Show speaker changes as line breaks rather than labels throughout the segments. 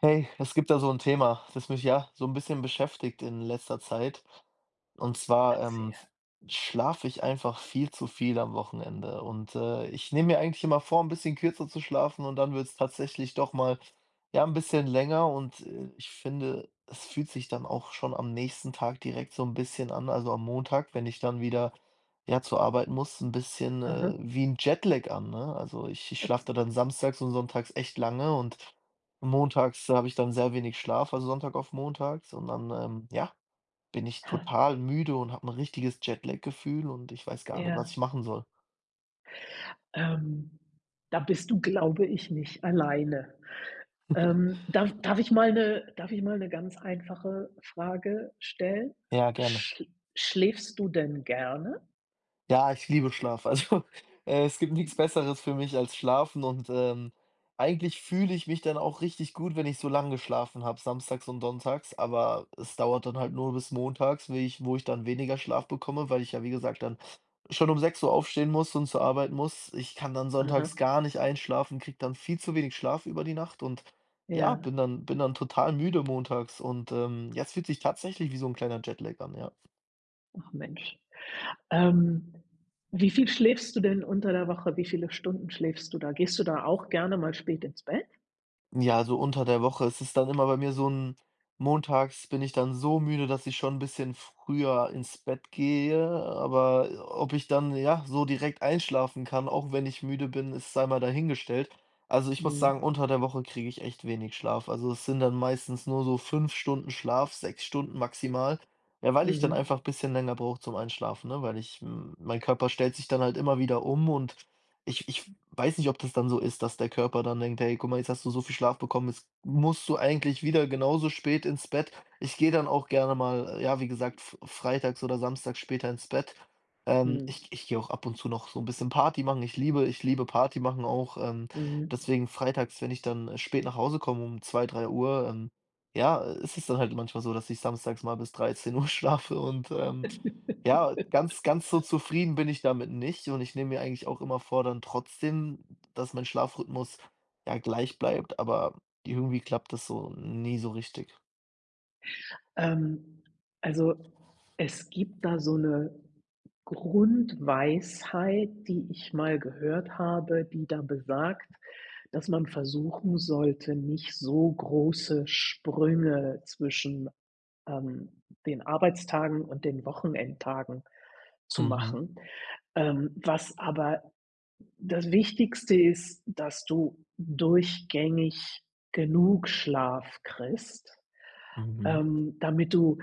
Hey, es gibt da so ein Thema, das mich ja so ein bisschen beschäftigt in letzter Zeit. Und zwar,
Erzähl.
schlafe ich einfach viel zu viel am Wochenende und, ich nehme mir eigentlich immer vor, ein bisschen kürzer zu schlafen und dann wird es tatsächlich doch mal, ja, ein bisschen länger und, ich finde, es fühlt sich dann auch schon am nächsten Tag direkt so ein bisschen an, also am Montag, wenn ich dann wieder, ja, zur Arbeit muss, ein bisschen,
Aha.
wie ein Jetlag an, ne? Also, ich schlafe da dann samstags und sonntags echt lange und montags habe ich dann sehr wenig Schlaf, also Sonntag auf montags und dann, ja, bin ich
Ha.
total müde und habe ein richtiges Jetlag-Gefühl und ich weiß gar nicht,
Ja.
was ich machen soll.
Ähm, Da bist du, glaube ich, nicht alleine. Darf ich mal eine ganz einfache Frage stellen?
Ja, gerne.
Sch Schläfst du denn gerne?
Ja, ich liebe Schlaf. Also, es gibt nix Besseres für mich als Schlafen und, eigentlich fühle ich mich dann auch richtig gut, wenn ich so lang geschlafen habe, samstags und sonntags, aber es dauert dann halt nur bis montags, wie ich wo ich dann weniger Schlaf bekomme, weil ich ja, wie gesagt, dann schon um 6:00 aufstehen muss und zur Arbeit muss. Ich kann dann
Aha.
sonntags gar nicht einschlafen, kriege dann viel zu wenig Schlaf über die Nacht und ja,
Ja,
bin dann total müde montags und, ja, es fühlt sich tatsächlich wie so ein kleiner Jetlag an, ja.
ach Mensch. Ähm, Wie viel schläfst du denn unter der Woche? Wie viele Stunden schläfst du da? Gehst du da auch gerne mal spät ins Bett?
Ja, so unter der Woche ist es dann immer bei mir so ein montags bin ich dann so müde, dass ich schon ein bisschen früher ins Bett gehe, aber ob ich dann, ja, so direkt einschlafen kann, auch wenn ich müde bin, ist sei mal dahingestellt. Also, ich muss
Mhm.
sagen, unter der Woche kriege ich echt wenig Schlaf. Also, es sind dann meistens nur so 5 Stunden Schlaf, 6 Stunden maximal, ja, weil ich dann
Mhm.
einfach ein bisschen länger brauche zum Einschlafen, ne? Weil mein Körper stellt sich dann halt immer wieder um und ich weiß nicht, ob das dann so ist, dass der Körper dann denkt: „Hey, guck mal, jetzt hast du so viel Schlaf bekommen, jetzt musst du eigentlich wieder genauso spät ins Bett.“ Ich gehe dann auch gerne mal, ja, wie gesagt, f freitags oder samstags später ins Bett. Ähm,
Mhm.
ich ich gehe auch ab und zu noch so ein bisschen Party machen. Ich liebe Party machen auch,
Mhm.
deswegen freitags, wenn ich dann spät nach Hause komme um 2, 3:00, ja, ist es dann halt manchmal so, dass ich samstags mal bis 13 Uhr schlafe und, ja, ganz ganz so zufrieden bin ich damit nicht und ich nehme mir eigentlich auch immer vor, dann trotzdem, dass mein Schlafrhythmus, ja, gleich bleibt, aber irgendwie klappt das so nie so richtig.
Ähm, also, Es gibt da so eine Grundweisheit, die ich mal gehört habe, die da besagt, dass man versuchen sollte, nicht so große Sprünge zwischen den Arbeitstagen und den Wochenendtagen zu
Mhm,
machen. Was aber das Wichtigste ist, dass du durchgängig genug Schlaf kriegst,
mhm,
damit du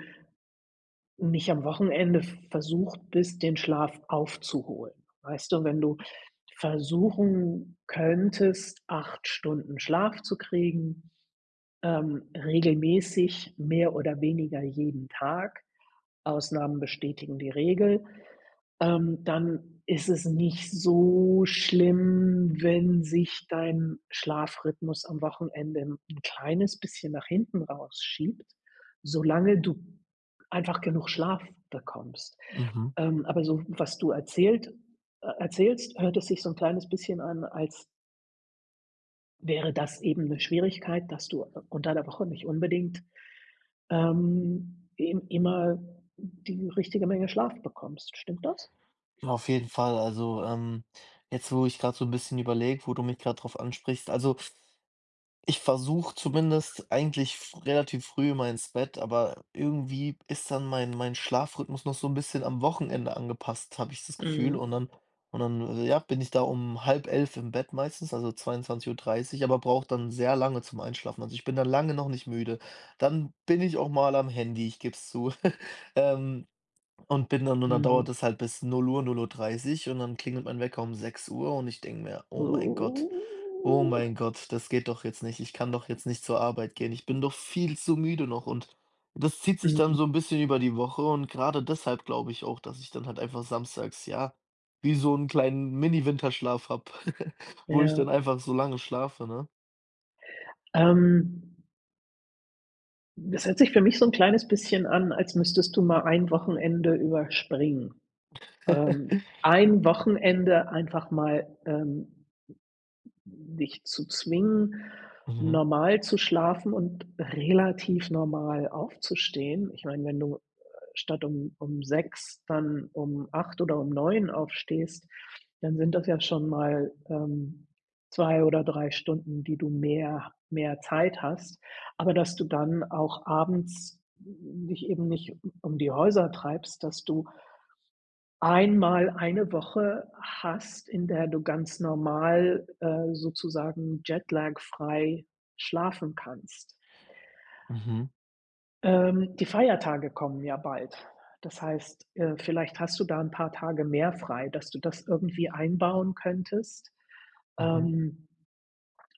nicht am Wochenende versucht bist, den Schlaf aufzuholen. Weißt du, wenn du versuchen könntest, 8 Stunden Schlaf zu kriegen, regelmäßig, mehr oder weniger jeden Tag, Ausnahmen bestätigen die Regel, dann ist es nicht so schlimm, wenn sich dein Schlafrhythmus am Wochenende 'n kleines bisschen nach hinten rausschiebt, solange du einfach genug Schlaf bekommst.
mhm.
Aber so, was du erzählt erzählst, hört es sich so 'n kleines bisschen an, als wäre das eben 'ne Schwierigkeit, dass du unter der Woche nicht unbedingt, im immer die richtige Menge Schlaf bekommst. Stimmt das?
Auf jeden Fall, also, jetzt, wo ich gerade so ein bisschen überlege, wo du mich gerade drauf ansprichst, also ich versuche zumindest eigentlich f relativ früh immer ins Bett, aber irgendwie ist dann mein Schlafrhythmus noch so ein bisschen am Wochenende angepasst, habe ich das Gefühl. Und
Mhm.
dann und dann, äh, ja, bin ich da um halb elf im Bett meistens, also 22:30, aber brauche dann sehr lange zum Einschlafen. Also, ich bin dann lange noch nicht müde. Dann bin ich auch mal am Handy, ich gebe es zu. Ähm, und dann dauert
Mhm.
es halt bis null Uhr 0:30 und dann klingelt mein Wecker um 6 Uhr und ich denke mir: „Oh mein Gott, oh
Uh,
mein Gott, das geht doch jetzt nicht. Ich kann doch jetzt nicht zur Arbeit gehen. Ich bin doch viel zu müde noch und das zieht sich dann
mhm,
so ein bisschen über die Woche und gerade deshalb glaube ich auch, dass ich dann halt einfach samstags, ja, wie so einen kleinen Mini-Winterschlaf habe, wo ich dann
ja.
einfach so lange schlafe, ne?“
Ähm, Das hört sich für mich so 'n kleines bisschen an, als müsstest du mal ein Wochenende überspringen. Ein Wochenende einfach mal, dich zu zwingen,
Mhm,
normal zu schlafen und relativ normal aufzustehen. Ich meine, wenn du, statt um 6 dann um 8 oder um 9 aufstehst, dann sind das ja schon mal, zwei oder 3 Stunden, die du mehr Zeit hast. Aber dass du dann auch abends dich eben nicht um die Häuser treibst, dass du einmal eine Woche hast, in der du ganz normal, sozusagen jetlag-frei schlafen kannst.
mhm,
Die Feiertage kommen ja bald. Das heißt, vielleicht hast du da ein paar Tage mehr frei, dass du das irgendwie einbauen könntest,
mhm.
ähm,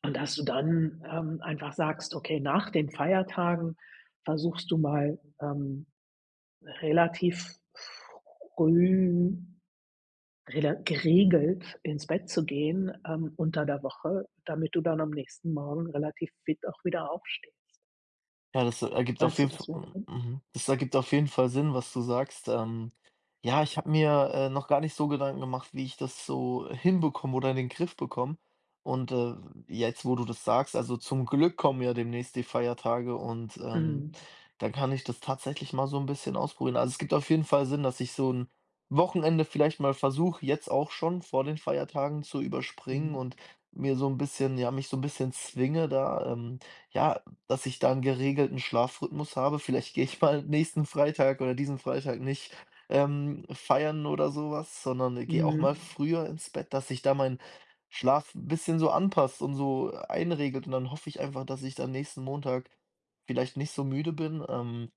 und dass du dann, einfach sagst: „Okay, nach den Feiertagen versuchst du mal, relativ früh rela geregelt ins Bett zu gehen, unter der Woche, damit du dann am nächsten Morgen relativ fit auch wieder aufstehst.
Ja, das ergibt auf
Meinst du,
jeden F
das wäre drin?"
Mhm. Das ergibt auf jeden Fall Sinn, was du sagst. Ja, ich habe mir, noch gar nicht so Gedanken gemacht, wie ich das so hinbekomme oder in den Griff bekomme. Und, jetzt, wo du das sagst, also zum Glück kommen ja demnächst die Feiertage und,
Mhm.
dann kann ich das tatsächlich mal so ein bisschen ausprobieren. Also, es gibt auf jeden Fall Sinn, dass ich so ein Wochenende vielleicht mal versuche, jetzt auch schon vor den Feiertagen zu überspringen und
Mhm.
mir so ein bisschen ja, mich so ein bisschen zwinge da, ja, dass ich da 'n geregelten Schlafrhythmus habe. Vielleicht gehe ich mal nächsten Freitag oder diesen Freitag nicht, feiern oder so was, sondern gehe auch mal
Mhm.
früher ins Bett, dass sich da mein Schlaf 'n bisschen so anpasst und so einregelt. Und dann hoffe ich einfach, dass ich dann nächsten Montag vielleicht nicht so müde bin. Ähm,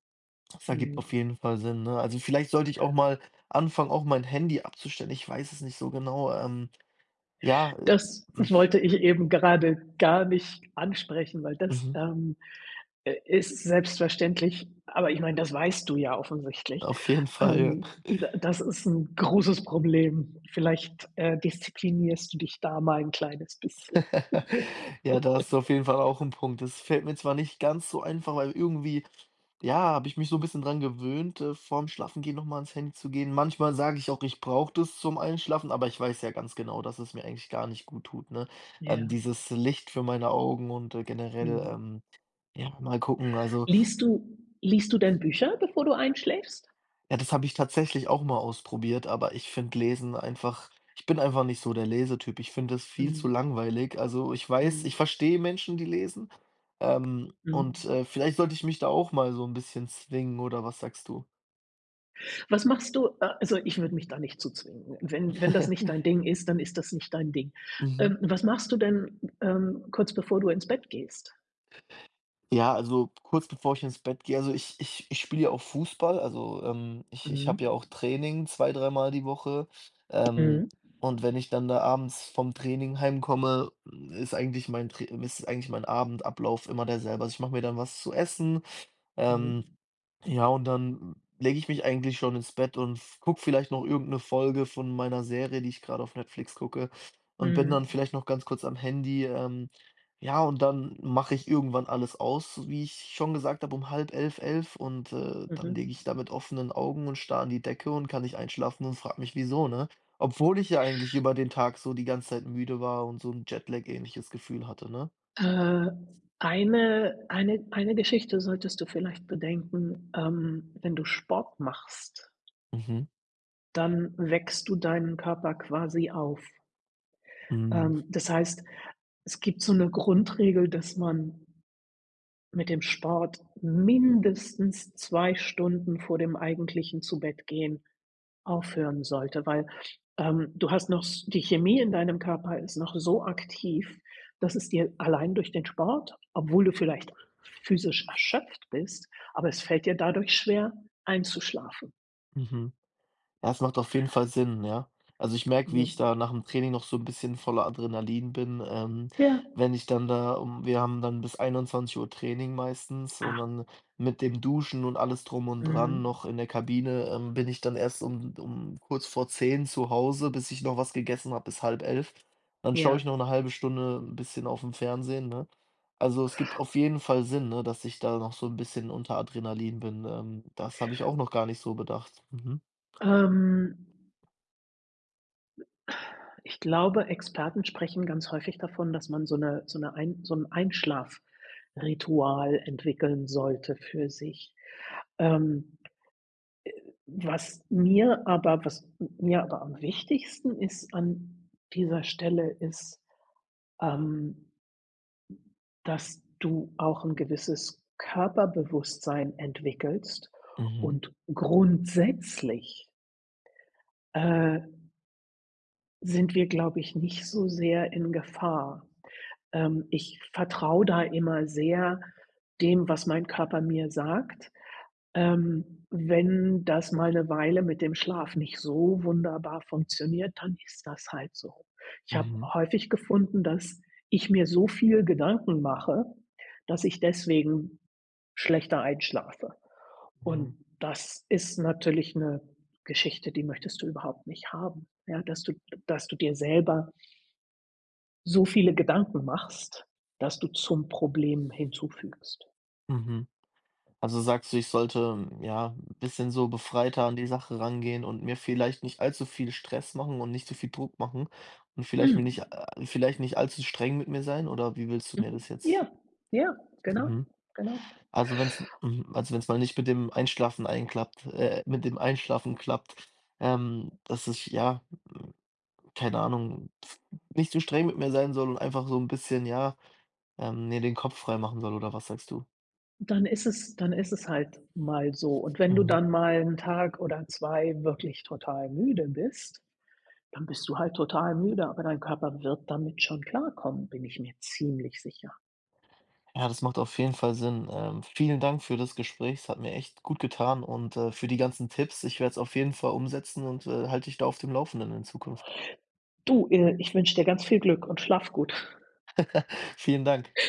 das ergibt auf
Mhm.
jeden Fall Sinn, ne? Also, vielleicht sollte ich auch mal anfangen, auch mein Handy abzustellen. Ich weiß es nicht so genau. Ja,
Das
mhm,
wollte ich eben gerade gar nicht ansprechen, weil das,
mhm,
ist selbstverständlich, aber ich meine, das weißt du ja offensichtlich.
auf jeden Fall, ja.
Da Das ist ein großes Problem. Vielleicht disziplinierst du dich da mal ein kleines bisschen.
Ja, das ist auf jeden Fall auch ein Punkt. Das fällt mir zwar nicht ganz so einfach, weil irgendwie, ja, habe ich mich so ein bisschen dran gewöhnt, vorm Schlafengehen noch mal ans Handy zu gehen. Manchmal sage ich auch, ich brauche das zum Einschlafen, aber ich weiß ja ganz genau, dass es mir eigentlich gar nicht gut tut, ne? Ähm,
Ja,
dieses Licht für meine Augen und, generell,
mhm.
ja, mal gucken. Also,
Liest du denn Bücher, bevor du einschläfst?
ja, das habe ich tatsächlich auch mal ausprobiert, aber ich bin einfach nicht so der Lesetyp. Ich finde das viel zu
Mhm,
langweilig. Also, ich weiß,
mhm,
ich verstehe Menschen, die lesen, und,
mhm.
vielleicht sollte ich mich da auch mal so ein bisschen zwingen oder was sagst du?
Was machst du also, Ich würde mich da nicht zu zwingen. Wenn das nicht dein Ding ist, dann ist das nicht dein Ding.
Mhm.
Was machst du denn, kurz bevor du ins Bett gehst?
Ja, also kurz bevor ich ins Bett gehe, also ich spiele ja auch Fußball, also, ich
Mhm.
habe ja auch Training zwei dreimal die Woche, ähm,
Mhm.
und wenn ich dann da abends vom Training heimkomme, ist eigentlich mein Abendablauf immer derselbe. Also, ich mache mir dann was zu essen, ähm
Mhm.
ja, und dann lege ich mich eigentlich schon ins Bett und f gucke vielleicht noch irgendeine Folge von meiner Serie, die ich gerade auf Netflix gucke und bin dann
Mhm.
vielleicht noch ganz kurz am Handy, ja, und dann mache ich irgendwann alles aus, so wie ich schon gesagt habe, um halb elf, elf und, dann lege
Mhm.
ich da mit offenen Augen und starre an die Decke und kann nicht einschlafen und frage mich: „Wieso?“, ne? Obwohl ich ja eigentlich über den Tag so die ganze Zeit müde war und so ein Jetlag-ähnliches Gefühl hatte, ne?
Äh, eine eine Geschichte solltest du vielleicht bedenken, wenn du Sport machst,
Mhm.
dann wächst du deinen Körper quasi auf.
Mhm.
Das heißt, es gibt so eine Grundregel, dass man mit dem Sport mindestens 2 Stunden vor dem eigentlichen Zu-Bett-Gehen aufhören sollte, weil, du hast noch s die Chemie in deinem Körper ist noch so aktiv, dass es dir allein durch den Sport, obwohl du vielleicht physisch erschöpft bist, aber es fällt dir dadurch schwer, einzuschlafen,
Mhm. Ja, es macht auf jeden Fall Sinn, ja. Also, ich merke, wie
ne?
ich da nach dem Training noch so ein bisschen voller Adrenalin bin.
Ja.
Wenn ich dann da um Wir haben dann bis 21 Uhr Training meistens und
Ah,
dann mit dem Duschen und alles drum und dran
mhm.
noch in der Kabine, bin ich dann erst um kurz vor 10 zu Hause, bis ich noch was gegessen habe, bis halb elf. Dann schaue ich
Ja.
noch eine halbe Stunde ein bisschen auf dem Fernsehen, ne? Also, es gibt auf jeden Fall Sinn, ne, dass ich da noch so ein bisschen unter Adrenalin bin. Das habe ich auch noch gar nicht so bedacht. Mhm.
Ähm Ich glaube, Experten sprechen ganz häufig davon, dass man so ein Einschlafritual entwickeln sollte für sich. Ähm, Was mir aber am wichtigsten ist an dieser Stelle, ist, ähm, dass du auch ein gewisses Körperbewusstsein entwickelst
Mhm.
und grundsätzlich, äh, sind wir, glaube ich, nicht so sehr in Gefahr. Ich vertraue da immer sehr dem, was mein Körper mir sagt. Wenn das mal eine Weile mit dem Schlaf nicht so wunderbar funktioniert, dann ist das halt so. Ich habe
Mhm,
häufig gefunden, dass ich mir so viel Gedanken mache, dass ich deswegen schlechter einschlafe.
mhm,
Und das ist natürlich eine Geschichte, die möchtest du überhaupt nicht haben, ja, dass du dir selber so viele Gedanken machst, dass du zum Problem hinzufügst.
mhm. Also sagst du, ich sollte, ja, 'n bisschen so befreiter an die Sache rangehen und mir vielleicht nicht allzu viel Stress machen und nicht so viel Druck machen und
Mhm.
vielleicht nicht allzu streng mit mir sein, oder wie willst du mir
Mhm.
das jetzt?
Ja, ja, genau,
Mhm.
genau.
Also wenn es also wenn es mal nicht mit dem Einschlafen klappt, dass ich, ja, hm, keine Ahnung, nicht zu streng mit mir sein soll und einfach so ein bisschen, ja, mir den Kopf frei machen soll, oder was sagst du?
Dann ist es halt mal so. Und wenn du
Mhm.
dann mal einen Tag oder 2 wirklich total müde bist, dann bist du halt total müde, aber dein Körper wird damit schon klarkommen, bin ich mir ziemlich sicher.
Ja, das macht auf jeden Fall Sinn. Vielen Dank für das Gespräch. Es hat mir echt gut getan und für die ganzen Tipps. Ich werde es auf jeden Fall umsetzen und halte dich da auf dem Laufenden in Zukunft.
Du, ich wünsche dir ganz viel Glück und schlaf gut.
Vielen Dank.